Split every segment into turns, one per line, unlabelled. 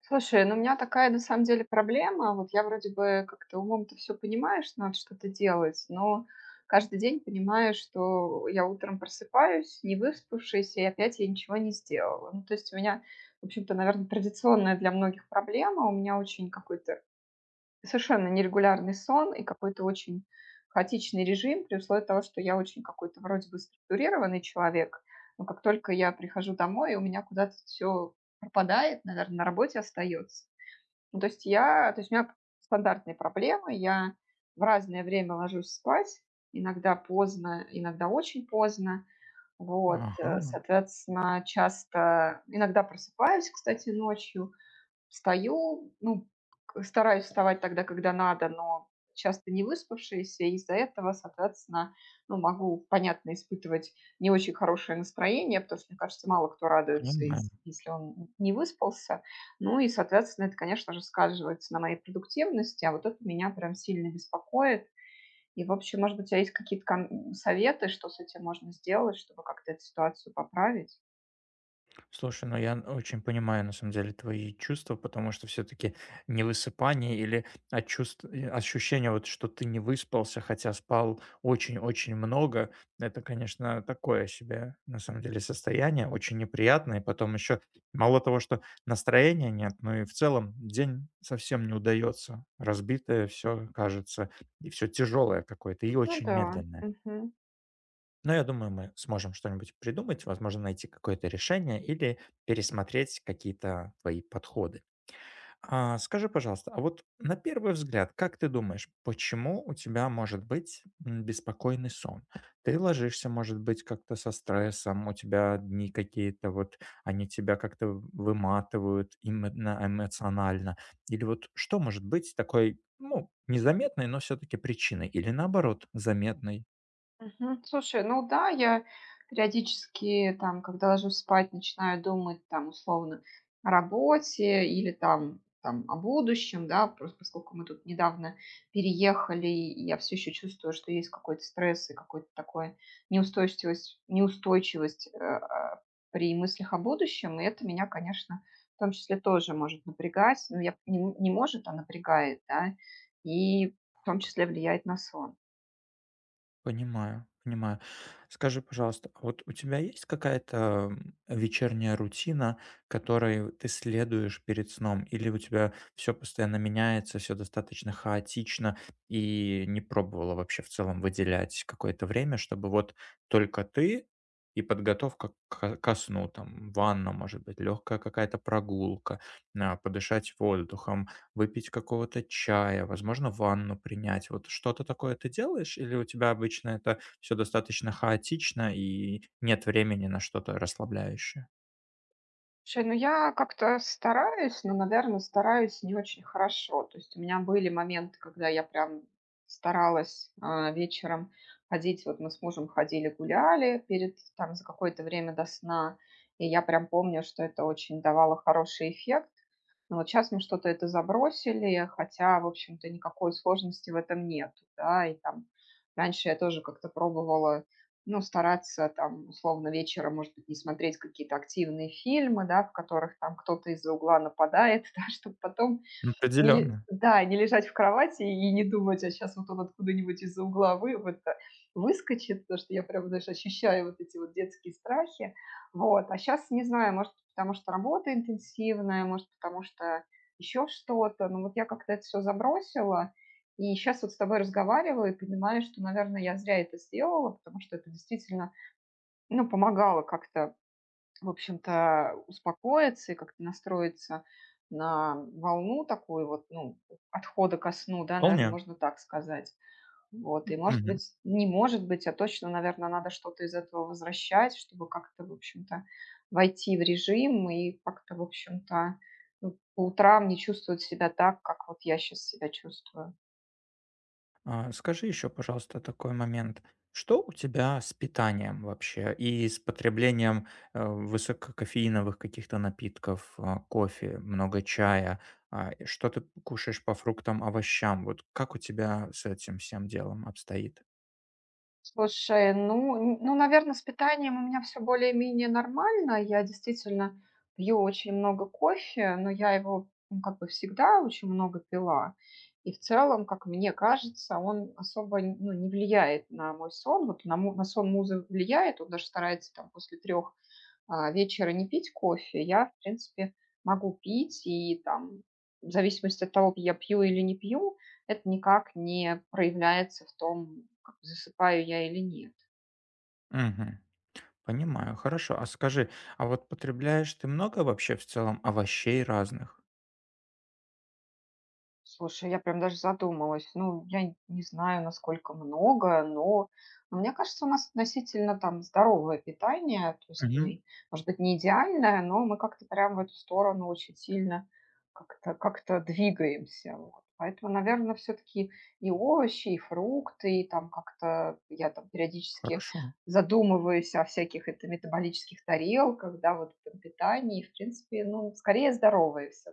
Слушай, ну у меня такая на самом деле проблема. Вот я вроде бы как-то умом-то все понимаешь, надо что-то делать, но каждый день понимаю, что я утром просыпаюсь, не выспавшись, и опять я ничего не сделала. Ну, то есть у меня, в общем-то, наверное, традиционная для многих проблема. У меня очень какой-то совершенно нерегулярный сон и какой-то очень хаотичный режим, при условии того, что я очень какой-то вроде бы структурированный человек. Но как только я прихожу домой, у меня куда-то все пропадает, наверное, на работе остается. Ну, то есть у меня стандартные проблемы. Я в разное время ложусь спать, иногда поздно, иногда очень поздно. Вот,
Ага,
соответственно, часто иногда просыпаюсь, кстати, ночью. Встаю, ну, к стараюсь вставать тогда, когда надо, но часто не выспавшаяся, и из-за этого, соответственно, ну, могу, понятно, испытывать не очень хорошее настроение, потому что, мне кажется, мало кто радуется,
понимаю.
ес если он не выспался. Ну и, соответственно, это, конечно же, сказывается на моей продуктивности, а вот это меня прям сильно беспокоит. И, в общем, может быть, у тебя есть какие-то кон советы, что с этим можно сделать, чтобы как-то эту ситуацию поправить?
Слушай, ну я очень понимаю на самом деле твои чувства, потому что все-таки невысыпание или ощущение вот, что ты не выспался, хотя спал очень-очень много, это, конечно, такое себе на самом деле состояние, очень неприятное. И потом еще мало того, что настроения нет, но и в целом день совсем не удается. Разбитое все кажется, и все тяжелое какое-то, и
Ну
очень
да.
медленное.
Мгм.
Но я думаю, мы сможем что-нибудь придумать, возможно, найти какое-то решение или пересмотреть какие-то твои подходы. Скажи, пожалуйста, а вот на первый взгляд, как ты думаешь, почему у тебя может быть беспокойный сон? Ты ложишься, может быть, как-то со стрессом, у тебя дни какие-то, вот они тебя как-то выматывают именно эмоционально. Или вот что может быть такой, ну, незаметной, но все-таки причиной? Или наоборот, заметной?
Мгм. Слушай, ну да, я периодически, там, когда ложусь спать, начинаю думать, там, условно, о работе или там о будущем, да, просто поскольку мы тут недавно переехали, и я все еще чувствую, что есть какой-то стресс и какой-то такой неустойчивость при мыслях о будущем, и это меня, конечно, в том числе тоже может напрягать, но я не, не может, а напрягает, да, и в том числе влияет на сон.
Понимаю, понимаю. Скажи, пожалуйста, а вот у тебя есть какая-то вечерняя рутина, которой ты следуешь перед сном, или у тебя все постоянно меняется, все достаточно хаотично, и не пробовала вообще в целом выделять какое-то время, чтобы вот только ты и подготовка ко сну, там, ванна, может быть, легкая какая-то прогулка, подышать воздухом, выпить какого-то чая, возможно, ванну принять. Вот что-то такое ты делаешь или у тебя обычно это все достаточно хаотично и нет времени на что-то расслабляющее?
Слушай, ну я как-то стараюсь, но, наверное, стараюсь не очень хорошо. То есть у меня были моменты, когда я прям старалась вечером ходить. Вот мы с мужем ходили, гуляли перед там за какое-то время до сна. И я прям помню, что это очень давало хороший эффект. Но вот сейчас мне что-то это забросили, хотя, в общем-то, никакой сложности в этом нет, да. И там раньше я тоже как-то пробовала, ну, стараться там, условно, вечером, может быть, не смотреть какие-то активные фильмы, да, в которых там кто-то из-за угла нападает, да, чтобы потом не ле
Определенно.
да, не лежать в кровати и не думать: "А сейчас вот он откуда-нибудь из-за угла вы вот, выскочит". Потому что я прям, знаешь, ощущаю вот эти вот детские страхи. Вот. А сейчас не знаю, может, потому что работа интенсивная, может, потому что еще что-то. Но вот я как-то это все забросила. И сейчас вот с тобой разговариваю и понимаю, что, наверное, я зря это сделала, потому что это действительно, ну, помогало как-то в общем-то, успокоиться и как-то настроиться на волну такую вот, ну, отхода ко сну, да, наверное,
Вполне.
можно так сказать. Вот, и может
Мгм.
быть, не может быть, а точно, наверное, надо что-то из этого возвращать, чтобы как-то, в общем-то, войти в режим и как-то, в общем-то, ну, по утрам не чувствовать себя так, как вот я сейчас себя чувствую.
Скажи еще, пожалуйста, такой момент. Что у тебя с питанием вообще и с потреблением, высококофеиновых каких-то напитков, кофе, много чая? И что ты кушаешь по фруктам, овощам? Вот как у тебя с этим всем делом обстоит?
Слушай, ну н ну, наверное, с питанием у меня все более-менее нормально. Я действительно пью очень много кофе, но я его, ну, как бы всегда очень много пила. И в целом, как мне кажется, он особо, ну, не влияет на мой сон. Вот на сон музы влияет, он даже старается там после трех вечера не пить кофе, я, в принципе, могу пить, и там в зависимости от того, я пью или не пью, это никак не проявляется в том, как засыпаю я или нет.
Мгм. Понимаю, хорошо. А скажи, а вот потребляешь ты много вообще в целом овощей разных?
Слушай, я прям даже задумалась. Ну, я не знаю, насколько много, но мне кажется, у нас относительно там здоровое питание. То есть
Мгм.
мы, может быть, не идеальное, но мы как-то прям в эту сторону очень сильно как-то двигаемся. Вот. Поэтому, наверное, все-таки и овощи, и фрукты, и там как-то я там периодически
Хорошо.
задумываюсь о всяких это метаболических тарелках, да, вот в этом питании. В принципе, ну, скорее здоровые все.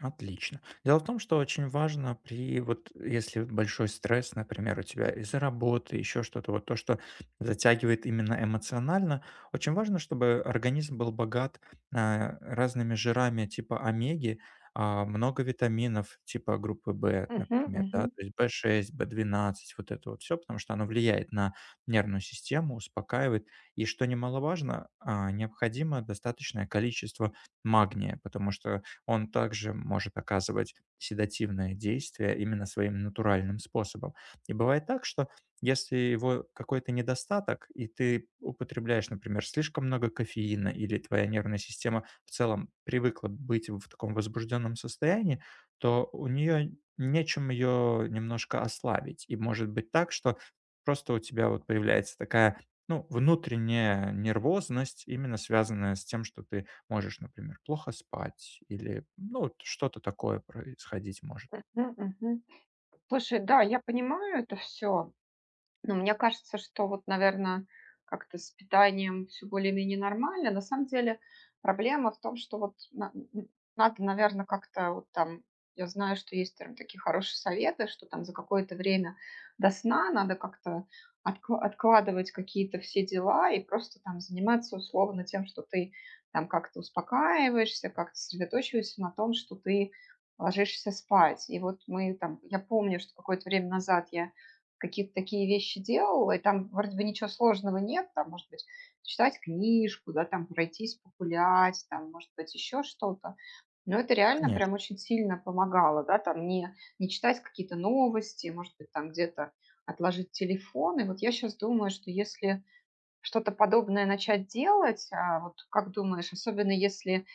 Отлично. Дело в том, что очень важно при вот если большой стресс, например, у тебя из-за работы, еще что-то, вот то, что затягивает именно эмоционально, очень важно, чтобы организм был богат разными жирами типа омеги, много витаминов типа группы В,
Мгм,
например,
мгм,
да, то есть В6, В12, вот это вот все, потому что оно влияет на нервную систему, успокаивает. И что немаловажно, необходимо достаточное количество магния, потому что он также может оказывать седативное действие именно своим натуральным способом. И бывает так, что если его какой-то недостаток, и ты употребляешь, например, слишком много кофеина, или твоя нервная система в целом привыкла быть в таком возбужденном состоянии, то у нее нечем ее немножко ослабить. И может быть так, что просто у тебя вот появляется такая, ну, внутренняя нервозность, именно связанная с тем, что ты можешь, например, плохо спать или, ну, вот что-то такое происходить может.
мгм, мгм. Слушай, да, я понимаю это все. Ну, мне кажется, что вот, наверное, как-то с питанием все более-менее нормально. На самом деле проблема в том, что вот на н надо, наверное, как-то вот там я знаю, что есть прям такие хорошие советы, что там за какое-то время до сна надо как-то откладывать какие-то все дела и просто там заниматься условно тем, что ты там как-то успокаиваешься, как-то сосредоточиваешься на том, что ты ложишься спать. И вот мы там я помню, что какое-то время назад я какие-то такие вещи делала, и там вроде бы ничего сложного нет, там, может быть, читать книжку, да, там, пройтись, погулять, там, может быть, еще что-то. Но это реально
Конечно,
прям очень сильно помогало, да, там не читать какие-то новости, может быть, там где-то отложить телефон. И вот я сейчас думаю, что если что-то подобное начать делать, вот как думаешь, особенно если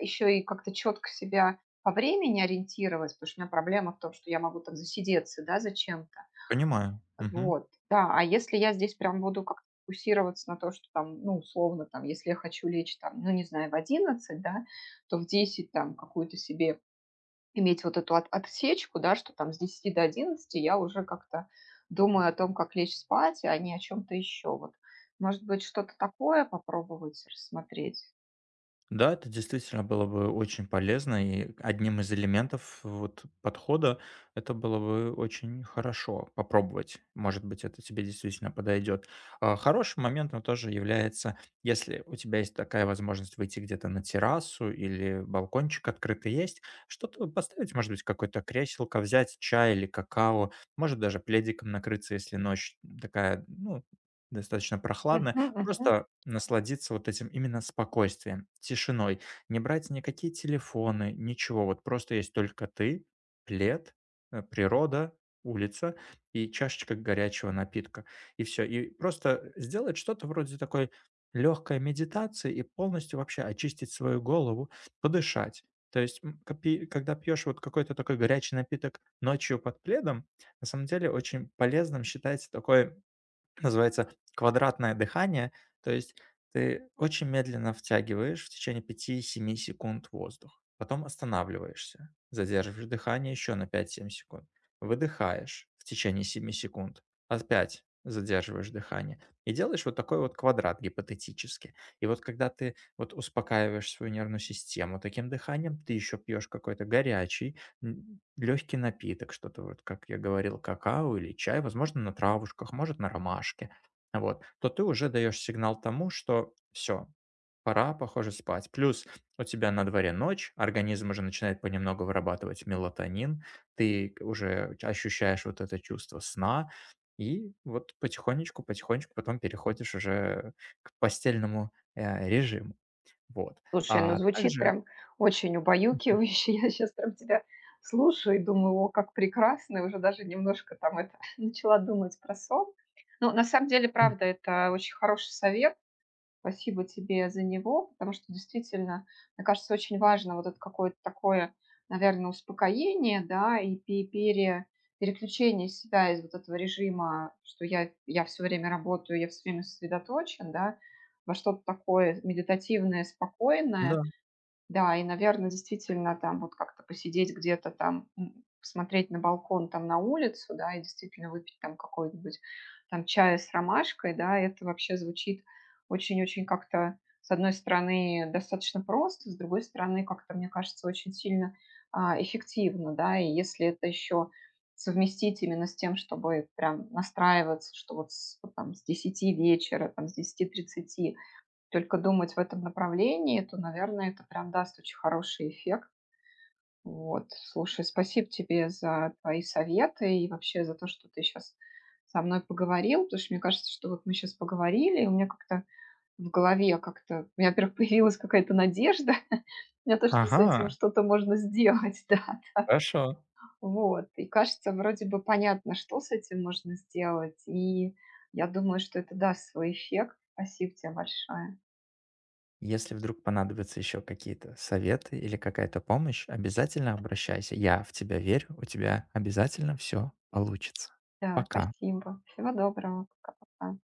еще и как-то четко себя по времени ориентировать, потому что у меня проблема в том, что я могу там засидеться, да, зачем-то,
понимаю. Мгм.
вот, да. А если я здесь прям буду как-то фокусироваться на то, что там, ну, условно, там, если я хочу лечь там, ну, не знаю, в 11, да, то в 10 там какую-то себе иметь вот эту отсечку, да, что там с 10 до 11 я уже как-то думаю о том, как лечь спать, а не о чем-то еще. Вот, может быть, что-то такое попробовать рассмотреть?
Да, это действительно было бы очень полезно, и одним из элементов вот подхода это было бы очень хорошо попробовать. Может быть, это тебе действительно подойдет. Хорошим моментом тоже является, если у тебя есть такая возможность выйти где-то на террасу или балкончик открытый есть, что-то поставить, может быть, какое-то креселко, взять чай или какао, может даже пледиком накрыться, если ночь такая, ну, достаточно прохладная.
Мгм, мгм.
Просто насладиться вот этим именно спокойствием, тишиной. Не брать никакие телефоны, ничего. Вот просто есть только ты, плед, природа, улица и чашечка горячего напитка. И все. И просто сделать что-то вроде такой легкой медитации и полностью вообще очистить свою голову, подышать. То есть, когда пьешь вот какой-то такой горячий напиток ночью под пледом, на самом деле очень полезным считается такой. Называется "Квадратное дыхание". То есть ты очень медленно втягиваешь в течение пяти-семи секунд воздух, потом останавливаешься, задерживаешь дыхание еще на пять семь секунд, выдыхаешь в течение семи секунд, опять задерживаешь дыхание и делаешь вот такой вот квадрат гипотетически. И вот когда ты вот успокаиваешь свою нервную систему таким дыханием, ты еще пьешь какой-то горячий легкий напиток, что-то вот, как я говорил, какао или чай, возможно, на травушках, может, на ромашке, вот, то ты уже даешь сигнал тому, что все пора, похоже, спать. Плюс у тебя на дворе ночь, организм уже начинает понемногу вырабатывать мелатонин, ты уже ощущаешь вот это чувство сна, и вот потихонечку, потихонечку потом переходишь уже к постельному, режиму. Вот.
Слушай, ну
А
звучит
также
прям очень
мгм,
убаюкивающе. Я сейчас прям тебя слушаю и думаю, о, как прекрасно, и уже даже немножко там это начала думать про сон. Ну, на самом деле,
м,
правда, это очень хороший совет. Спасибо тебе за него, потому что действительно, мне кажется, очень важно вот это какое-то такое, наверное, успокоение, да, и переключение себя из вот этого режима, что я все время работаю, я все время сосредоточен, да, во что-то такое медитативное, спокойное,
да.
да, и, наверное, действительно там вот как-то посидеть где-то там, посмотреть на балкон, там на улицу, да, и действительно выпить там какой-нибудь там чая с ромашкой, да, это вообще звучит очень-очень как-то, с одной стороны, достаточно просто, с другой стороны, как-то, мне кажется, очень сильно, эффективно, да. И если это еще совместить именно с тем, чтобы прям настраиваться, что вот с вот там с 10 вечера, там с 10:30 только думать в этом направлении, то, наверное, это прям даст очень хороший эффект. Вот. Слушай, спасибо тебе за твои советы и вообще за то, что ты сейчас со мной поговорил, потому что мне кажется, что вот мы сейчас поговорили, и у меня как-то в голове как-то, у меня, во-первых, появилась какая-то надежда на то, что с
Ага,
этим что-то можно сделать, да, да.
хорошо.
Вот. И кажется, вроде бы понятно, что с этим можно сделать, и я думаю, что это даст свой эффект. Спасибо тебе большое.
Если вдруг понадобятся еще какие-то советы или какая-то помощь, обязательно обращайся. Я в тебя верю, у тебя обязательно все получится.
Да,
Пока.
спасибо. Всего доброго. Пока-пока.